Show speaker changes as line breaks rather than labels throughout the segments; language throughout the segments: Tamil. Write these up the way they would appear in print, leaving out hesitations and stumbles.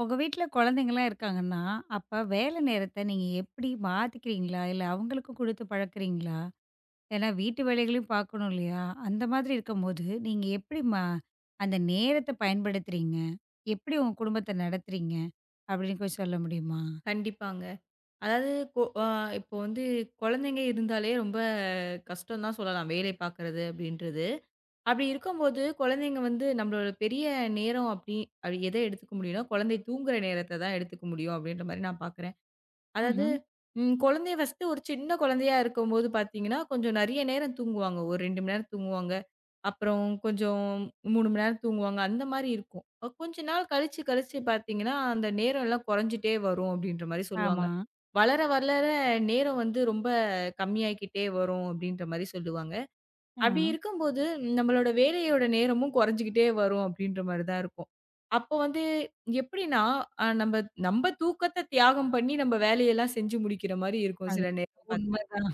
உங்க வீட்ல குழந்தைங்கலாம் இருக்காங்கன்னா, அப்ப வேலை நேரத்த நீங்க எப்படி மாத்திக்கிறீங்களா? இல்ல அவங்களுக்கு குடுத்து பழக்குறீங்களா? ஏன்னா வீட்டு வேலைகளையும் பார்க்கணும் இல்லையா? அந்த மாதிரி இருக்கும்போது, நீங்க எப்படி அந்த நேரத்த பயன்படுத்துறீங்க? எப்படி உங்க குடும்பத்த நடத்துறீங்க? அப்படின்னு கொஞ்சம் சொல்ல முடியுமா?
கண்டிப்பாங்க. அதாவது கொ அ இப்போ வந்து குழந்தைங்க இருந்தாலே ரொம்ப கஷ்டம் தான் சொல்லலாம். வேலை பார்க்குறது அப்படின்றது. அப்படி இருக்கும்போது குழந்தைங்க வந்து நம்மளோட பெரிய நேரம் அப்படி அது எத எடுத்துக்க முடியும்னா, குழந்தை தூங்குற நேரத்த தான் எடுத்துக்க முடியும் அப்படின்ற மாரி நான் பார்க்குறேன். அதாவது
ம்ஹ்ம்.
குழந்தைய ஃபர்ஸ்ட்டு ஒரு சின்ன குழந்தையா இருக்கும்போது பார்த்தீங்கன்னா, கொஞ்சம் நெறைய நேரம் தூங்குவாங்க. ஒரு 2 மணி நேரம் தூங்குவாங்க. அப்புறம் கொஞ்சம் 3 மணி நேரம் தூங்குவாங்க. அந்த மாரி இருக்கும். கொஞ்ச நாள் கழிச்சு, கழிச்சு பார்த்தீங்கன்னா, அந்த நேரம் எல்லாம் குறைஞ்சுட்டே வரும் அப்டின்ற மாரி சொல்லுவாங்க.
ஆமா.
வளர, வளர நேரம் வந்து ரொம்ப கம்மியாகிக்கிட்டே வரும் அப்டின்ற மாரி சொல்லுவாங்க.
ஆ.
அப்படி இருக்கும்போது, நம்மளோட வேலையோட நேரமும் குறைஞ்சுகிட்டே வரும் அப்படின்ற மாரி தான் இருக்கும். அப்போ வந்து எப்படின்னா, நம்ப நம்ப தூக்கத்த தியாகம் பண்ணி, நம்ம வேலையெல்லாம் செஞ்சு முடிக்கிற மாரி இருக்கும்
அது
சில நேரம் பாத்தீங்கன்னா.
உண்மதான்.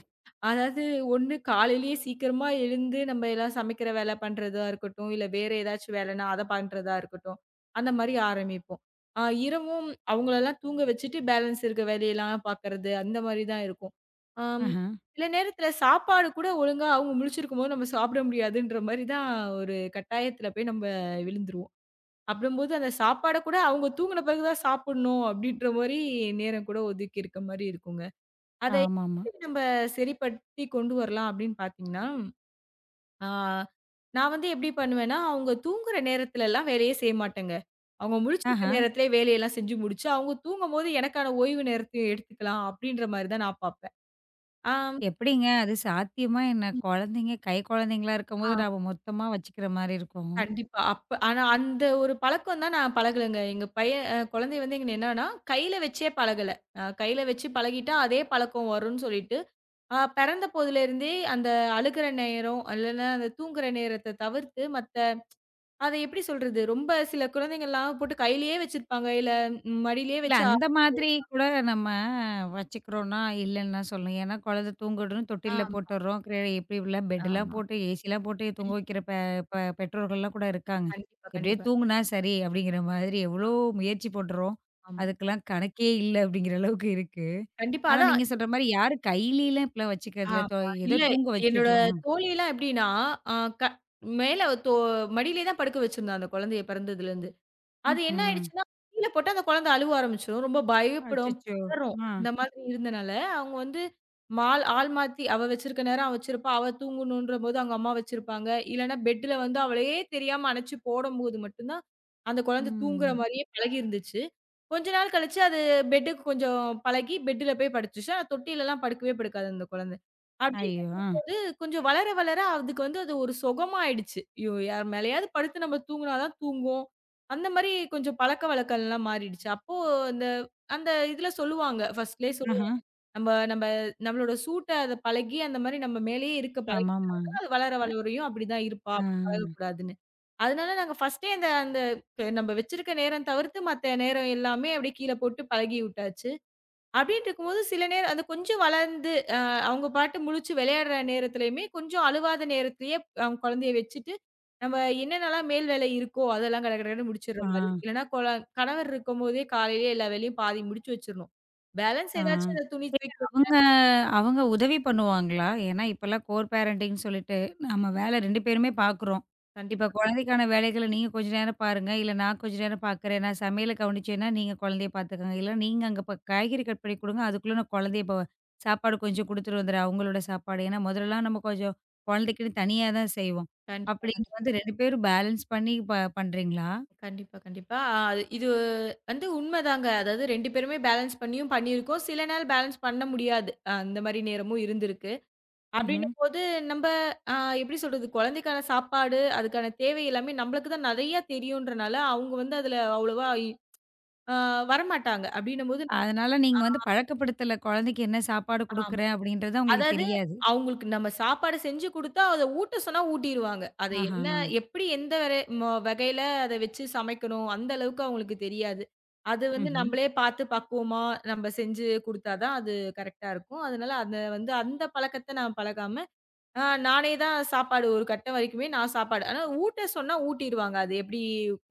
அதாவது ஒண்ணு காலையிலேயே சீக்கிரமா எழுந்து நம்ம எல்லாம் சமைக்கிற வேலை பண்றதா இருக்கட்டும், இல்ல வேற ஏதாச்சும் வேலைன்னா அத பண்றதா இருக்கட்டும். அந்த மாரி ஆரம்பிப்போம். இரவும் அவங்களலாம் தூங்க வச்சுட்டு பேலன்ஸ் இருக்க வேலையெல்லாம் பார்க்கறது, அந்த மாரி தான் இருக்கும். அம்
ஆஹா.
சில நேரத்தில சாப்பாடு கூட ஒழுங்கா அவங்க முழிச்சிருக்கும்போது நம்ம சாப்பிட முடியாதுன்ற மாரி தான் ஒரு கட்டாயத்தில போய் நம்ம விழுந்துருவோம். அப்படம்போது அந்த சாப்பாட கூட அவங்க தூங்குன பிறகு தான் சாப்பிடணும், அப்படின்ற மாரி நேரம் கூட ஒதுக்கி இருக்க மாரி இருக்குங்க. அத
ஆமாமா.
எப்படி நம்ப சரிப்படுத்தி கொண்டு வரலாம் அப்படின்னு பார்த்தீங்கன்னா, ஆ நான் வந்து எப்படி பண்ணுவேன்னா, அவங்க தூங்குற நேரத்துலலாம் வேலையே செய்ய மாட்டேங்க. அவங்க முழிச்சிருக்க
ஆஹா.
நேரத்திலே வேலையெல்லாம் செஞ்சு முடிச்சு, அவங்க தூங்கும்போது எனக்கான ஓய்வு நேரத்தையும் எடுத்துக்கலாம் அப்படின்ற மாரி தான் நான் பார்ப்பேன். ஆம்.
எப்படிங்க? அது சாத்தியமா என்ன?
ம்.
குழந்தைங்க குழந்தைங்களா
ஆ
இருக்கும்போது நாம மொத்தமா வச்சுக்கிற மாரி இருக்கும்.
கண்டிப்பா. அப்ப ஆனா அந்த ஒரு பழக்கம் தான் நான் பழகலங்க. எங்க பையன் குழந்தை வந்து எங்க என்னன்னா, கையில வச்சே பழகல. கையில வச்சு பழகிட்டா அதே பழக்கம் வரும்னு சொல்லிட்டு பிறந்த போதிலிருந்தே அந்த அழுகுற நேரம், இல்லன்னா அந்த தூங்குற நேரத்த தவிர்த்து மத்த அத எப்படி சொல்றது? ரொம்ப சில குழந்தைங்கள்லாம் போட்டு கையிலேயே வச்சிருப்பாங்க. இல்ல மடியிலேயே
இல்ல
வச்சு
அந்த மாதிரி கூட நம்ம வச்சுக்கிறோம்னா, இல்லன்னு தான் சொல்லணும். ஏன்னா குழந்தை தூங்கிடும்னு தொட்டில்ல
ஆமா,
போட்டுடுறோம். இப்படி இப்படிலாம் பெட்லாம்
ஆமா.
போட்டு, ஏசிலாம் போட்டு தூங்க வைக்கிற பெ பெ பெற்றோர்கள்லாம் கூட இருக்காங்க.
கண்டிப்பா,
எப்படியோ
கண்டிப்பா.
தூங்குனா சரி அப்படிங்கிற மாதிரி எவ்வளோ முயற்சி போடுறோம்.
ஆமா.
அதுக்கெல்லாம் கணக்கே இல்ல அப்படிங்கிற அளவுக்கு இருக்கு.
கண்டிப்பா.
ஆனா
அதான்.
நீங்க சொல்ற மாரி யாரும் கையிலலாம் இப்பலாம் வச்சுக்கிறதில்ல.
ஆமா.
ஏதோ
இல்ல
தூங்க
என்னோட
வச்சுடுறோம்.
தோழிலாம் எப்படின்னா, அ க மேல அவ தோ மடியிலே தான் படுக்க வச்சிருந்தா அந்த குழந்தைய பிறந்ததுலருந்து. அது என்ன
ம்ஹ்ம்.
ஆயிடுச்சுன்னா, கீழ போட்டா அந்த குழந்தை அழுவ ஆரம்பிச்சுரும். ரொம்ப பயப்படும்,
அச்சச்சோ!
பதறும்.
ஆ.
அந்த மாதிரி இருந்தனால, அவங்க வந்து ஆள் மாத்தி அவ வச்சிருக்க நேரம் அவ வச்சிருப்பா. அவ தூங்கணுன்றபோது அவங்க அம்மா வச்சிருப்பாங்க. இல்லன்னா பெட்ல வந்து அவளையே தெரியாம அணைச்சு போடும்போது மட்டும் தான், அந்த குழந்தை தூங்குற
ம்.
மாரியே பழகிருந்துச்சு. கொஞ்ச நாள் கழிச்சு அது பெட்டுக்கு கொஞ்சம் பழகி, பெட்ல போய் படுத்துச்சு. ஆனா தொட்டிலலாம் படுக்கவே படுக்காது அந்த குழந்தை. அப்டி
ஐயோ! ஆ.
அது கொஞ்சம் வளர, வளர அதுக்கு வந்து அது ஒரு சுகமாயிடுச்சு. ஐயோ! யார் மேலயாவது படுத்து நம்ம தூங்குனா தான் தூங்கும். அந்த மாரி கொஞ்சம் பழக்கவழக்கம்லாம் மாறிடுச்சு. அப்போ அந்த அந்த இதுல சொல்லுவாங்க. ஃபர்ஸ்ட்லயே
ஆஹ.
சொல்லுவாங்க. நம்ம நம்ம நம்மளோட சூட்ட அத பழகி, அந்த மாரி நம்ம மேலேயே இருக்க பழகினா,
ஆமாமா.
அது வளர
அ.
வளரையும் அப்படிதான் இருப்பா.
ஆ.
அப்படி பழகக்கூடாதுன்னு. அதனால நாங்க ஃபர்ஸ்ட்டே அந்த அந்த நம்ம வச்சிருக்க நேரம் தவிர்த்து மத்த நேரம் எல்லாமே அப்படியே கீழ போட்டு பழகி விட்டாச்சு. அப்டின்ட்டு இருக்கும்போது, சில நேரம் அது கொஞ்சம் வளர்ந்து அவங்க பாட்டு முழிச்சு விளையாடுற நேரத்துலயுமே, கொஞ்சம் அழுவாத நேரத்திலேயே அவங்க குழந்தைய வச்சுட்டு, நம்ம என்னென்னலாம் மேல் வேலை இருக்கோ, அதெல்லாம் கட கடன்னு முடிச்சுடுற
ஆ.
மாரி. இல்லன்னா கணவர் இருக்கும்போதே காலையிலேயே எல்லா வேலையும் பாதி முடிச்சு வச்சுரணும். பேலன்ஸ்
ஆ.
ஏதாச்சும் அந்த துணி
இல்ல
துவைக்கிறது
அவங்க அவங்க உதவி பண்ணுவாங்களா? ஏன்னா இப்பலாம் கோர் பேரண்டிங்ன்னு சொல்லிட்டு, நம்ம வேலை 2 பேருமே பார்க்குறோம். இப்ப
கண்டிப்பா,
குழந்தைக்கான வேலைகள நீங்க கொஞ்ச நேரம் பாருங்க, இல்ல நான் கொஞ்ச நேரம் பார்க்குறேன். நான் சமையல கவனிச்சேன்னா, நீங்க குழந்தைய பார்த்துக்கங்க. இல்ல நீங்க அங்க காய்கறி கட் பண்ணி குடுங்க. அதுக்குள்ள நான் குழந்தைய சாப்பாடு கொஞ்சம் குடுத்துட்டு வந்துடுறேன். அவங்களோட சாப்பாடு. ஏன்னா முதல்லலாம் நம்ம கொஞ்சம் குழந்தைக்குன்னு தனியா தான் செய்வோம்.
கண்டிப்பா,
அப்படி நீங்க
கண்டிப்பா.
வந்து 2 பேரும் பேலன்ஸ் பண்ணி பண்றீங்களா?
கண்டிப்பா, கண்டிப்பா. அது இது வந்து உண்மதாங்க. அதாவது 2 பேருமே பேலன்ஸ் பண்ணியும் பண்ணியிருக்கோம். சில நாள் பேலன்ஸ் பண்ண முடியாது. அந்த மாரி நேரமும் இருந்திருக்கு.
ம்ஹ்ம்.
அப்படின்னும்போது நம்ப அ எப்படி சொல்றது? குழந்தைக்கான சாப்பாடு, அதுக்கான தேவை எல்லாமே நம்மளுக்கு தான் நெறையா தெரியுன்றனால, அவங்க வந்து அதுல அவ்வளவா இ அ வரமாட்டாங்க. அப்படின்னும்போது
அதனால நீங்க வந்து பழக்கப்படுத்தல. குழந்தைக்கு என்ன சாப்பாடு குடுக்குறேன் அப்படின்றது உங்களுக்கு
அதாவது
தெரியாது.
அவங்களுக்கு நம்ம சாப்பாடு செஞ்சு குடுத்தா, அத ஊட்ட சொன்னா ஊட்டிருவாங்க. அத
ஆஹா.
என்ன எப்படி எந்த வரை வகையில அத வச்சு சமைக்கணும், அந்த அளவுக்கு அவங்களுக்கு தெரியாது. அது வந்து
ம்ஹ்ம்.
நம்பளே பார்த்து பக்குவமா நம்ப செஞ்சு குடுத்தா தான் அது கரெக்ட்டா இருக்கும். அதனால அத வந்து அந்த பழக்கத்த நான் பழகாம, நானே தான் சாப்பாடு ஒரு கட்டம் வரைக்குமே நான் சாப்பாடு. ஆனா ஊட்ட சொன்னா ஊட்டிருவாங்க. அது எப்படி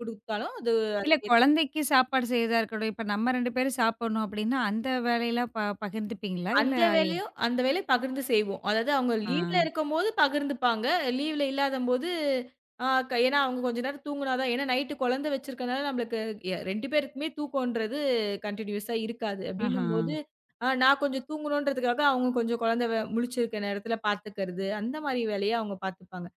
குடுத்தாலும் அது
இல்ல குழந்தைக்கு சாப்பாடு செய்றதா இருக்கட்டும், இப்ப நம்ம 2 பேரும் சாப்பிடணும் அப்படின்னா, அந்த வேலையெல்லாம் பகிர்ந்துப்பீங்களா? இல்ல.
அந்த வேலையும் அந்த வேலையும் பகிர்ந்து செய்வோம். அதாவது அவங்க
ஆ.
லீவ்ல இருக்கும்போது பகிர்ந்துப்பாங்க. லீவ்ல இல்லாதம்போது ஆ க ஏன்னா அவங்க கொஞ்ச நேரம் தூங்குனா தான் ஏன்னா நைட்டு குழந்தை வச்சிருக்கனால நம்மளுக்கு 2 பேருக்குமே தூக்கம்ன்றது கன்டினியூஸா இருக்காது.
ஆஹா.
அப்படின்னும்போது நான் கொஞ்சம் தூங்கணுன்றதுக்காக அவங்க கொஞ்சம் குழந்தை முழிச்சிருக்க நேரத்துல பார்த்துக்கிறது. அந்த மாரி வேலைய அவங்க பார்த்துப்பாங்க.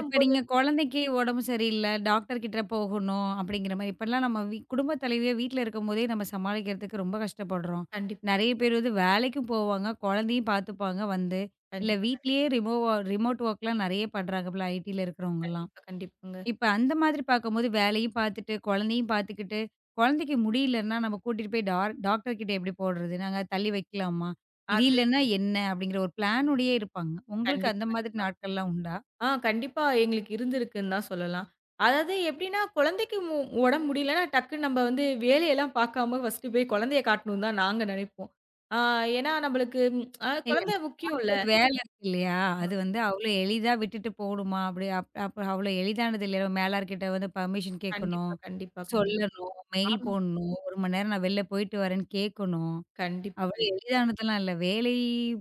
இப்ப நீங்க குழந்தைக்கு உடம்பு சரியில்ல, டாக்டர் கிட்ட போகணும் அப்படிங்கிற மாரி, இப்பலாம் நம்ம குடும்ப தலைவியா வீட்ல இருக்கும்போதே நம்ம சமாளிக்கிறதுக்கு ரொம்ப கஷ்டப்படுறோம்.
கண்டிப்பா,
நெறைய பேர் வந்து வேலைக்கும் போவாங்க, குழந்தையும் பார்த்துப்பாங்க வந்து. இல்ல
கண்டிப்பா,
வீட்லயே
கண்டிப்பா,
ரிமோட் ஒர்க்லாம் நெறைய பண்றாங்கல்ல ஐடில இருக்கிறவங்கலாம்.
கண்டிப்பா, கண்டிப்பாங்க.
இப்ப அந்த மாதிரி பார்க்கும்போது வேலையும் பார்த்துட்டு, குழந்தையும் பார்த்துக்கிட்டு, குழந்தைக்கு முடியலன்னா நம்ம கூட்டிட்டு போய் டாக்டர் கிட்ட எப்படி போடுறது? நாங்க தள்ளி வைக்கலாமா? இது இல்லன்னா என்ன? அப்படிங்கிற ஒரு பிளானோடயே இருப்பாங்க. உங்களுக்கு
கண்டிப்பா,
அந்த மாதிரி
கண்டிப்பா.
நாட்கள்லாம் உண்டா?
கண்டிப்பா எங்களுக்கு இருந்திருக்குன்னு தான் சொல்லலாம். அதாவது எப்படின்னா, குழந்தைக்கு உடம்பு முடியலன்னா, டக்குன்னு நம்ம வந்து வேலையெல்லாம் பார்க்காம ஃபர்ஸ்ட்டு போய் குழந்தைய காட்டணும்னு தான் நாங்க நெனைப்போம். ஆ ஏன்னா நம்மளுக்கு ம், அ
இல்ல
குழந்தை முக்கியம்ல.
பார்க்குற வேலை இருக்கு இல்லையா? அது வந்து அவ்வளோ எளிதா விட்டுட்டு போணுமா? அப்படி அப்ப அவ்வளோ எளிதானது இல்ல. மேலார்கிட்ட வந்து பர்மிஷன் கேட்கணும்,
கண்டிப்பா, கண்டிப்பா, கண்டிப்பா.
சொல்லணும், மெயில்
ஆமா.
போடணும், 1 மணி நேரம் நான் வெளில போயிட்டு வரேன்னு கேட்கணும்.
கண்டிப்பா,
அவ்வளோ
கண்டிப்பா.
எளிதானதெல்லாம் இல்ல. வேலை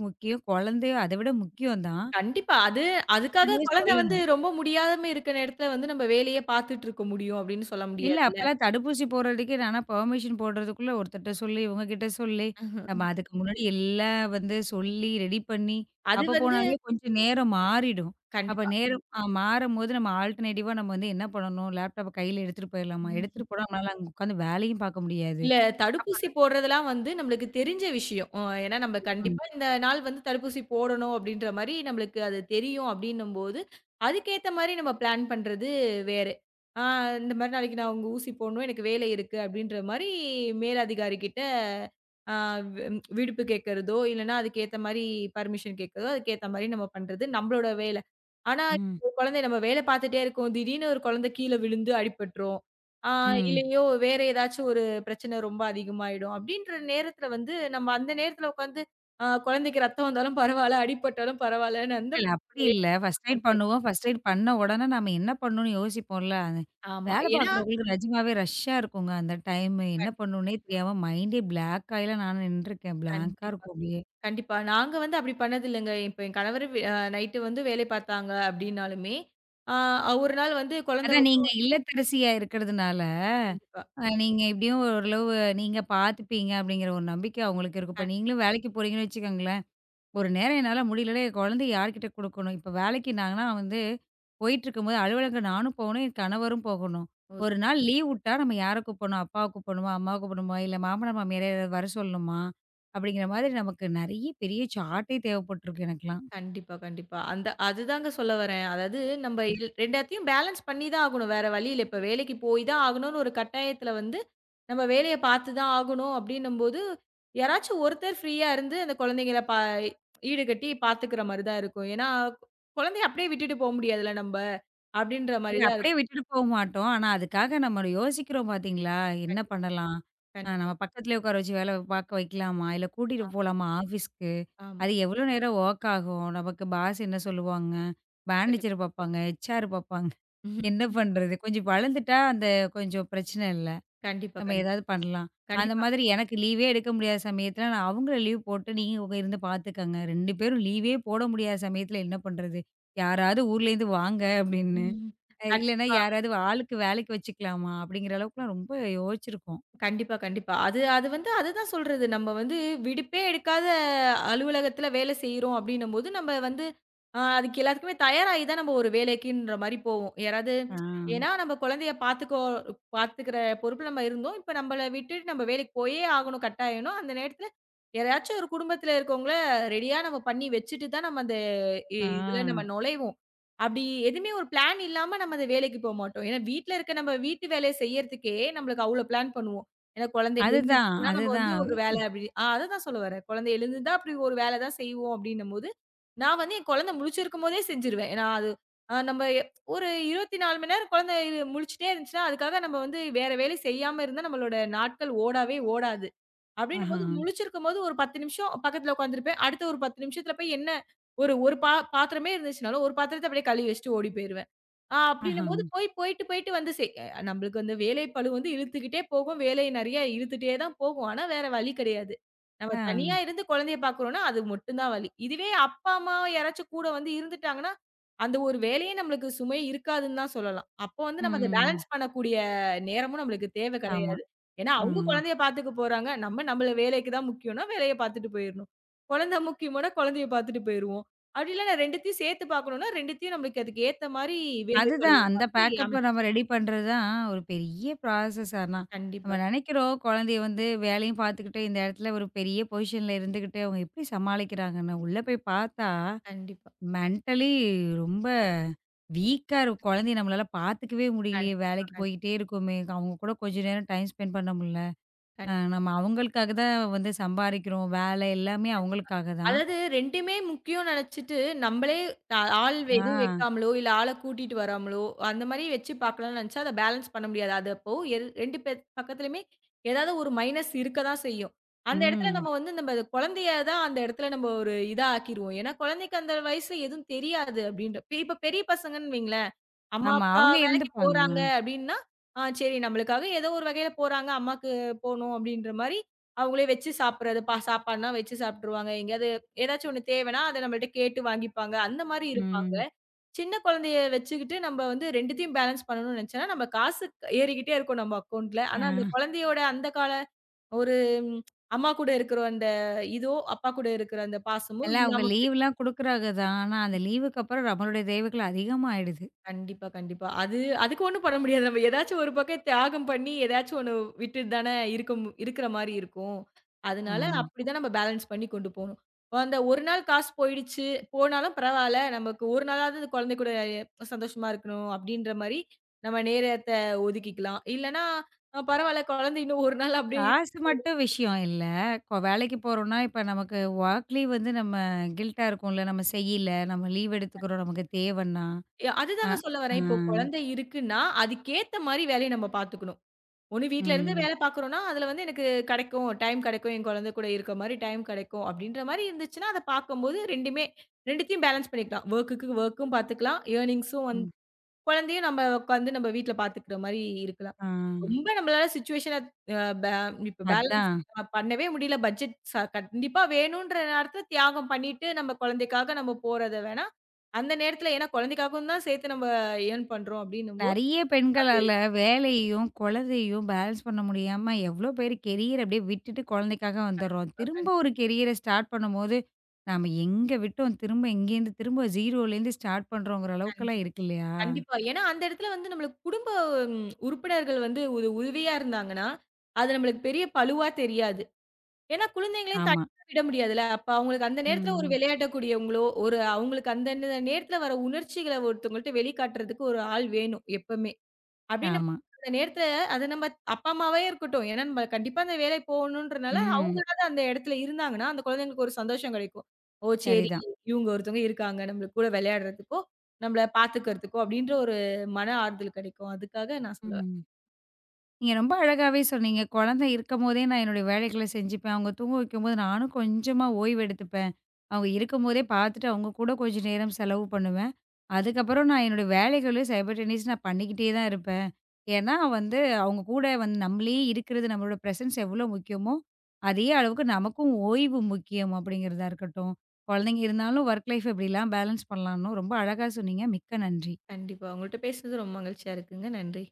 முக்கியம், குழந்தையும் அத விட முக்கியம் தான்.
கண்டிப்பா. அது அதுக்காக
முன்னாடியே
குழந்தை வந்து
சொல்லணும்.
ரொம்ப முடியாம இருக்கிற நேரத்துல வந்து நம்ம வேலையே பார்த்துட்டு இருக்க முடியும் அப்படின்னு சொல்ல
இல்ல
முடியாதுல்ல.
அப்பலாம் தடுப்பூசி போடுறதுக்கே நானா பெர்மிஷன் போடுறதுக்குள்ள ஒருத்தர்ட்ட சொல்லி, இவங்ககிட்ட சொல்லி, நம்ம அதுக்கு முன்னாடி எல்லாம் வந்து சொல்லி ரெடி பண்ணி,
அது
அப்ப
வந்து
போனாலே கொஞ்சம் நேரம் மாறிடும். அப்ப
கண்டிப்பா.
நேரம் மாறும்போது நம்ம ஆல்டர்னேட்டிவா நம்ம வந்து என்ன பண்ணணும்? லேப்டாப்ப கையில எடுத்துட்டு போயிரலாமா? எடுத்துட்டு போனா நம்மளால அங்க உட்காந்து வேலையும் பார்க்க முடியாது.
இல்ல தடுப்பூசி போடுறதெல்லாம் வந்து நம்மளுக்கு தெரிஞ்ச விஷயம். ஏன்னா நம்ம
ம்.
கண்டிப்பா இந்த நாள் வந்து தடுப்பூசி போடணும் அப்டின்ற மாரி நம்மளுக்கு அது தெரியும் அப்டின்னும்போது, அதுக்கேத்த மாரி நம்ம பிளான் பண்றது வேறு. ஆ இந்த மாரி நாளைக்கு நான் உங்க ஊசி போடணும். எனக்கு வேலை இருக்கு அப்டின்ற மாரி மேலதிகாரி கிட்ட ஆ விடுப்பு கேட்கறதோ, இல்லன்னா அதுக்கேத்த மாரி பர்மிஷன் கேட்கறதோ, அதுக்கேத்த மாரி நம்ம பண்றது நம்மளோட வேல. ஆனா,
ம்,
ஒரு குழந்தை நம்ம வேல பார்த்துட்டே இருக்கோம். திடீர்னு ஒரு குழந்தை கீழ விழுந்து அடிபட்டுரும். ஆ
ம்.
இல்லையோ வேற ஏதாச்சும் ஒரு பிரச்சனை ரொம்ப அதிகமாயிடும். அப்டின்ற நேரத்துல வந்து நம்ம அந்த நேரத்துல உட்காந்து குழந்தைக்கு ரத்தம் வந்தாலும் பரவால்ல, அடிபட்டாலும் பரவால்லன்னு அந்த
இல்ல, அப்படி
மாதிரி
இல்ல. ஃபர்ஸ்ட்
பண்ண
எய்ட்
முடியாது.
பண்ணுவோம். ஃபர்ஸ்ட் எய்ட் பண்ண உடனே நாம என்ன பண்ணணும்னு யோசிப்போம்ல. அது
ஆமா.
வேலை
ஏன்னா
பார்க்குறவங்களுக்கு நிஜமாவே ரஷ்ஷா இருக்குங்க அந்த டைமு. என்ன
கண்டிப்பா,
பண்ணணும்னே தெரியாம மைண்டே பிளாங்க் ஆயிலாம் நானும் நின்னுருக்கேன். பிளாங்க்கா
கண்டிப்பா,
இருக்கும் அப்படியே.
கண்டிப்பா. நாங்க வந்து அப்டி பண்ணதில்லங்க. இப்ப என் கணவர் வே அ நைட்டு வந்து வேலை பார்த்தாங்க அப்டின்னாலுமே, ஆ ஒரு நாள் வந்து குழந்தை
அதான்
வந்து
நீங்க இல்லத்தரசியா இருக்கிறதுனால,
கண்டிப்பா.
நீங்க எப்படியும் ஓரளவு நீங்க பார்த்துப்பீங்க அப்படிங்கிற ஒரு நம்பிக்கை அவங்களுக்கு இருக்கும். இப்ப
கண்
நீங்களும் வேலைக்கு போறீங்கன்னு வச்சுக்கோங்களேன். ஒரு நேரம் என்னால முடியல. என் குழந்தைய யார்கிட்ட குடுக்கணும்? இப்ப வேலைக்கு நாங்கன்னா வந்து போயிட்டுருக்கும்போது அலுவலகம் நானும் போகணும், என் கணவரும் போகணும்.
ஓ!
ஒரு நாள் லீவ் உட்டா நம்ம யார கூப்படணும்? அப்பாவ கூப்படணுமா? அம்மாவ கூப்படணுமா? இல்ல மாமனார், மாமியார யாரையாவது வர சொல்லணுமா? அப்படிங்கிற மாதிரி நமக்கு நெறைய பெரிய சார்ட்டே தேவைப்பட்டுருக்கு எனக்கெல்லாம்.
கண்டிப்பா, கண்டிப்பா. அந்த அதுதாங்க சொல்ல வரேன். அதாவது நம்ம 2த்தையும் பேலன்ஸ் பண்ணி தான் ஆகணும். வேற வழி இல்ல. இப்ப வேலைக்கு போய் தான் ஆகணும்னு ஒரு கட்டாயத்துல வந்து, நம்ம வேலைய பார்த்து தான் ஆகணும் அப்டின்னும்போது, யாராச்சும் ஒருத்தர் ஃப்ரீயா இருந்து அந்த குழந்தைங்கள ஈடுகட்டி பார்த்துக்கிற மாரி தான் இருக்கும். ஏன்னா, கு- குழந்தைய அப்டியே விட்டுட்டு போ முடியாதுல்ல நம்ப. அப்டின்ற மாரி
இல்ல
தான்
அப்படியே
இருக்கும்.
விட்டுட்டு போ மாட்டோம். ஆனா, அதுக்காக நம்ம யோசிக்கிறோம் பார்த்தீங்களா? என்ன
கண்டிப்பா,
பண்ணலாம்?
கண்டிப்பா.
நம்ம பக்கத்துலயே உட்கார வச்சு வேலை பார்க்க வைக்கலாமா? இல்ல கூட்டிட்டு போலாமா ஆஃபீஸ்க்கு?
ஆமா,
அது எவ்வளோ நேரம் வொர்க் ஆகும்? நமக்கு பாஸ் என்ன சொல்லுவாங்க? மேனேஜர்
கண்டிப்பா.
பார்ப்பாங்க, ஹெச்ஆர் பார்ப்பாங்க. என்ன
ம்ஹும்.
பண்றது? கொஞ்சம் வளர்ந்துட்டா அந்த கொஞ்சம் பிரச்சனை இல்ல.
கண்டிப்பா,
நம்ம
கண்டிப்பா.
ஏதாவது பண்ணலாம். அந்த
கண்டிப்பா.
மாதிரி எனக்கு லீவே எடுக்க முடியாத சமயத்துல நான் அவங்கள லீவ் போட்டு, நீங்க உங்க இருந்து பார்த்துக்கங்க. 2 பேரும் லீவே போட முடியாத சமயத்துல என்ன பண்றது? யாராவது ஊர்லேருந்து வாங்க அப்படின்னு.
ம்ஹும்.
இல்லன்னா
கண்டிப்பா.
யாராவது ஆளுக்கு வேலைக்கு வச்சுக்கலாமா? அப்படிங்கிற அளவுக்குலாம் ரொம்ப யோசிச்சிருக்கோம்.
கண்டிப்பா, கண்டிப்பா. அது அது வந்து அதுதான் சொல்றது. நம்ம வந்து விடுப்பே எடுக்காத அலுவலகத்தில வேலை செய்றோம் அப்டின்னும்போது, நம்ம வந்து அதுக்கு எல்லாத்துக்குமே தயாராகி தான் நம்ம ஒரு வேலைக்குன்ற மாரி போவோம். யாராவது
ஆ,
ஏன்னா நம்ம குழந்தைய பார்த்துக்கிற பொறுப்புல நம்ம இருந்தோம். இப்ப நம்மள விட்டுட்டு நம்ம வேலைக்கு போயே ஆகணும் கட்டாயம்னா, அந்த நேரத்தில யாராச்சும் ஒரு குடும்பத்தில இருக்கவங்கள ரெடியா நம்ம பண்ணி வச்சுட்டு தான் நம்ம அந்த
ஆ.
இதுல நம்ம நுழைவோம். அப்டி எதுவுமே ஒரு பிளான் இல்லாம நம்ம அந்த வேலைக்கு போமாட்டோம். ஏன்னா வீட்ல இருக்க நம்ம வீட்டு வேலைய செய்யறதுக்கே நம்மளுக்கு அவ்ளோ பிளான் பண்ணுவோம். ஏன்னா குழந்தை
அதுதான்,
எழுந்துருச்சுன்னா, நம்ம வந்து
அதுதான்.
ஒரு வேலை அப்படி அததான் சொல்ல வரேன். குழந்தை எழுந்துருந்தா அப்படி ஒரு வேலை தான் செய்வோம் அப்படின்னும்போது, நான் வந்து என் குழந்தை முழிச்சிருக்கும்போதே செஞ்சுருவேன். ஏன்னா அது அ நம்ம எ- ஒரு 24 மணி நேரம் குழந்தை முழிச்சுட்டே இருந்துச்சுன்னா, அதுக்காக நம்ம வந்து வேற வேலை செய்யாம இருந்தா நம்மளோட நாட்கள் ஓடவே ஓடாது.
ஆஹா,
அப்படின்னும்போது முழிச்சிருக்கும்போது ஒரு 10 நிமிஷம் பக்கத்துல உட்காந்துருப்பேன். அடுத்த ஒரு 10 நிமிஷத்துல போய் என்ன ஒரு ஒரு பாத்திரமே இருந்துச்சுனாலும், ஒரு பாத்திரத்த அப்படியே கழுவி வச்சுட்டு ஓடி போயிருவேன்.
ஆஹா,
அப்படின்னும்போது போய் போயிட்டு, போயிட்டு வந்து செய் நம்மளுக்கு வந்து வேலைப்பளு வந்து இழுத்துக்கிட்டே போகும். வேலை நெறைய இழுத்துட்டே தான் போகும். ஆனா வேற வழி கிடையாது. நம்ம
ஆ.
தனியா இருந்து குழந்தைய பார்க்குறோம்னா, அது மட்டும் தான் வலி. இதுவே அப்பா, அம்மா யாராச்சும் கூட வந்து இருந்துட்டாங்கன்னா, அந்த ஒரு வேலையே நம்மளுக்கு சுமை இருக்காதுன்னு தான் சொல்லலாம். அப்போ வந்து நம்ம அத
ம்.
பேலன்ஸ் பண்ணக்கூடிய நேரமும் நம்மளுக்கு தேவை
ஆமா.
கிடையாது. ஏன்னா அவங்க
ம்.
குழந்தைய பார்த்துக்க போறாங்க. நம்ம நம்மள வேலைக்கு தான் முக்கியம்னா, வேலைய பார்த்துட்டு போயிரணும். குழந்தை முக்கியம்னா, குழந்தைய பார்த்துட்டு போயிருவோம். அப்படி இல்ல நான் 2த்தையும் சேர்த்து பார்க்கணும்னா, 2த்தையும் நம்மளுக்கு அதுக்கு ஏத்த மாரி
அதுதான்
வேலைப்பளுவ
அந்த
மாத்தி
பேக்கப்ப
அமைச்சு
நம்ம ரெடி பண்றது தான் ஒரு பெரிய ப்ராசஸ் ஆனா. நம்ம
கண்டிப்பா,
நெனைக்கிறோம் குழந்தைய வந்து வேலையும் பார்த்துக்கிட்டு, இந்த இடத்துல ஒரு பெரிய பொசிஷன்ல இருந்துகிட்டு அவங்க எப்படி சமாளிக்கிறாங்கன்னு. உள்ள போய் பார்த்தா
கண்டிப்பா.
மென்டலி ரொம்ப வீக்கா இருக்கும்.
ம்.
குழந்தைய நம்மளால பார்த்துக்கவே முடியலையே!
கண்டிப்பா,
வேலைக்கு போயிட்டே
கண்டிப்பா,
இருக்கோமே! அவங்க கூட கொஞ்ச நேரம் டைம் ஸ்பெண்ட் பண்ண முடியல.
கண்டிப்பா.
நம்ம அவங்களுக்காக தான் வந்து சம்பாரிக்கிறோம். வேலை எல்லாமே
கண்டிப்பா.
அவங்களுக்காக தான்.
அதாவது 2மே முக்கியம்னு நெனச்சுட்டு, நம்பளே ஆள் எதுவும்
ஆ.
வைக்காமலோ, இல்ல ஆள கூட்டிட்டு வராமலோ, அந்த மாரி வச்சு பார்க்கலாம்னு நெனச்சா, அத பேலன்ஸ் பண்ண முடியாது. அது அப்போ 2 பேர் பக்கத்துலயுமே ஏதாவது ஒரு மைனஸ் இருக்க தான் செய்யும். அந்த இடத்துல
ம்.
நம்ம வந்து நம்ம அது குழந்தைய தான் அந்த இடத்துல நம்ம ஒரு இதா ஆக்கிருவோம். ஏன்னா, குழந்தைக்கு அந்த வயசுல எதுவும் தெரியாது அப்படின்ற இப்ப இப்ப பெரிய பசங்கன்னு வைங்களேன், அம்மா,
ஆமா.
அப்பா
அவங்க
வேலைக்கு
இருந்துப்பாங்க.
போறாங்க அப்படின்னா, சரி நம்மளுக்காக ஏதோ ஒரு வகையில போறாங்க, அம்மாக்கு போணும் அப்படின்ற மாரி அவங்களே வச்சு சாப்பிடுறது. சாப்பாடுனா வச்சு சாப்ட்டுருவாங்க. எங்கேயாவது ஏதாச்சும் ஒண்ணு தேவைன்னா, அத நம்மள்ட்ட கேட்டு வாங்கிப்பாங்க. அந்த மாரி இருப்பாங்க.
ம்.
சின்ன குழந்தைய வச்சுக்கிட்டு நம்ம வந்து 2த்தையும் பேலன்ஸ் பண்ணணும்னு நெனச்சோன்னா, நம்ம காசு ஏறிக்கிட்டே இருக்கும் நம்ம அக்கவுண்ட்ல.
ஆ.
ஆனா, அந்த குழந்தையோட அந்த கால ஒரு ம், அம்மா கூட இருக்கிற அந்த இதோ, அப்பா கூட இருக்கிற அந்த பாசமோ
இல்ல அவங்க
இல்லாம
லீவ்லாம் குடுக்குறாங்க தான். ஆனா அந்த லீவுக்கு அப்புறம் நம்மளுடைய தேவைகள் அதிகமாயிடுது.
கண்டிப்பா, கண்டிப்பா. அது அதுக்கு ஒண்ணும் பண்ண முடியாது. நம்ம ஏதாச்சும் ஒரு பக்கம் தியாகம் பண்ணி, ஏதாச்சும் ஒண்ணு விட்டுட்டு தானே இருக்க இருக்கிற மாரி இருக்கும்.
ஆ.
அதனால அப்படிதான் நம்ம பேலன்ஸ் பண்ணி கொண்டு போணும். அந்த ஒரு நாள் காசு போயிடுச்சு, போனாலும் பரவால்ல. நமக்கு ஒரு நாளாவது இந்த குழந்தை கூட சந்தோஷமா இருக்கணும் அப்படின்ற மாரி நம்ம நேரத்த ஒதுக்கிக்கலாம். இல்லன்னா பரவால்ல குழந்தை இன்னும் ஒரு நாள் அப்படியே
காசு மட்டும் விஷயம் இல்ல. இப்போ வேலைக்கு போறோம்னா, இப்ப நமக்கு ஒர்க்லி வந்து நம்ம கில்ட்டா இருக்கும்ல. நம்ம செய்யல, நம்ம லீவ் எடுத்துக்கிறோம், நமக்கு தேவைன்னா. அ,
அதுதாங்க சொல்ல
ஆ,
வரேன். இப்போ குழந்தை இருக்குன்னா, அதுக்கேத்த மாரி வேலைய நம்ம பார்த்துக்கணும். ஒண்ணு வீட்ல இருந்து
ம்,
வேலை பார்க்குறோம்னா, அதுல வந்து எனக்கு கெடைக்கும். டைம் கெடைக்கும். என் குழந்தை கூட இருக்க மாரி டைம் கெடைக்கும். அப்படின்ற மாரி இருந்துச்சுன்னா, அத பார்க்கும்போது 2மே 2த்தையும் பேலன்ஸ் பண்ணிக்கலாம். வொர்க்குக்கு வொர்க்கும் பார்த்துக்கலாம். ஏர்னிங்ஸும் வந்து
ம்.
குழந்தையும் நம்ம உட்காந்து நம்ம வீட்ல பார்த்துக்கிற மாரி இருக்கலாம்.
ஆ,
ரொம்ப நம்மளால சிச்சுவேஷன அ பே இப்ப பேலன்ஸ்
அதான்.
பண்ணவே முடியல. பட்ஜெட் கண்டிப்பா வேணுன்ற நேரத்துல தியாகம் பண்ணிட்டு, நம்ம குழந்தைக்காக நம்ம போறத வேணா, அந்த நேரத்துல ஏன்னா குழந்தைக்காகவும் தான் சேர்த்து நம்ம ஏர்ன் பண்றோம் அப்படின்னும்போது,
நெறைய
அது
பெண்களால வேலையையும், குழந்தையும் பேலன்ஸ் பண்ண முடியாம எவ்வளோ பேர் கெரியர் அப்படியே விட்டுட்டு குழந்தைக்காக வந்துடுறோம்.
கண்டிப்பா,
திரும்ப
கண்டிப்பா,
ஒரு கெரியர ஸ்டார்ட் பண்ணும்போது, நாம எங்க விட்டோம், திரும்ப எங்கேருந்து திரும்ப 0லேருந்து ஸ்டார்ட் பண்றோங்கிற அளவுக்கெல்லாம்
கண்டிப்பா.
இருக்கு இல்லையா?
கண்டிப்பா. ஏன்னா, அந்த இடத்துல வந்து நம்மளுக்கு குடும்ப ம் உறுப்பினர்கள் வந்து ஒரு உதவியா இருந்தாங்கன்னா, அது நம்மளுக்கு பெரிய பளுவா தெரியாது. ஏன்னா, குழந்தைங்களையும்
ஆமா.
தனியா விட முடியாதுல்ல. அப்ப அவங்களுக்கு அந்த நேரத்துல ஒரு
ம்.
விளையாடக்கூடியவங்களோ, ஒரு அவங்களுக்கு அந்த நேரத்துல வர உணர்ச்சிகள ஒருத்தவங்கள்ட்ட வெளிக்காட்டுறதுக்கு ஒரு ஆள் வேணும் எப்பமே. அப்படின்னு நம்ம
ஆமா.
அந்த நேரத்துல அது நம்ம அப்பா அம்மாவே இருக்கட்டும். ஏன்னா நம்ம கண்டிப்பா அந்த வேலை போகணுன்றனால,
ம்.
அவங்களாவது அந்த இடத்துல இருந்தாங்கன்னா, அந்த குழந்தைங்களுக்கு ஒரு சந்தோஷம் கிடைக்கும். ஓ! சரி
சரிதான்.
இவங்க ஒருத்தவங்க இருக்காங்க. நம்மளுக்கு கூட விளையாடுறதுக்கோ, நம்மள பார்த்துக்கிறதுக்கோ அப்படின்ற ஒரு மன ஆறுதல் கிடைக்கும். அதுக்காக நான் சொல்லுவேன்.
ம். நீங்க ரொம்ப அழகாவே சொன்னீங்க. குழந்தை இருக்கும்போதே நான் என்னுடைய வேலைகள செஞ்சுப்பேன். அவங்க தூங்க வைக்கும்போது நானும் கொஞ்சமா ஓய்வு எடுத்துப்பேன். அவங்க இருக்கும்போதே பார்த்துட்டு அவங்க கூட கொஞ்சம் நேரம் செலவு பண்ணுவேன். அதுக்கப்புறம் நான் என்னுடைய வேலைகளும் சைமல்டேனியஸ் நான் பண்ணிக்கிட்டே தான் இருப்பேன். ஏன்னா வந்து அவங்க கூட வந்து நம்மளே இருக்கிறது, நம்மளோட பிரசன்ஸ் எவ்வளோ முக்கியமோ, அதே அளவுக்கு நமக்கும் ஓய்வு முக்கியம் அப்படிங்கிறதா இருக்கட்டும். குழந்தைங்க இருந்தாலும் ஒர்க் லைஃப் எப்படிலாம் பேலன்ஸ் பண்ணலாம்னு ரொம்ப அழகா சொன்னீங்க. மிக்க நன்றி.
கண்டிப்பா. உங்கள்ட்ட பேசுனது ரொம்ப மகிழ்ச்சியா இருக்குங்க. நன்றி.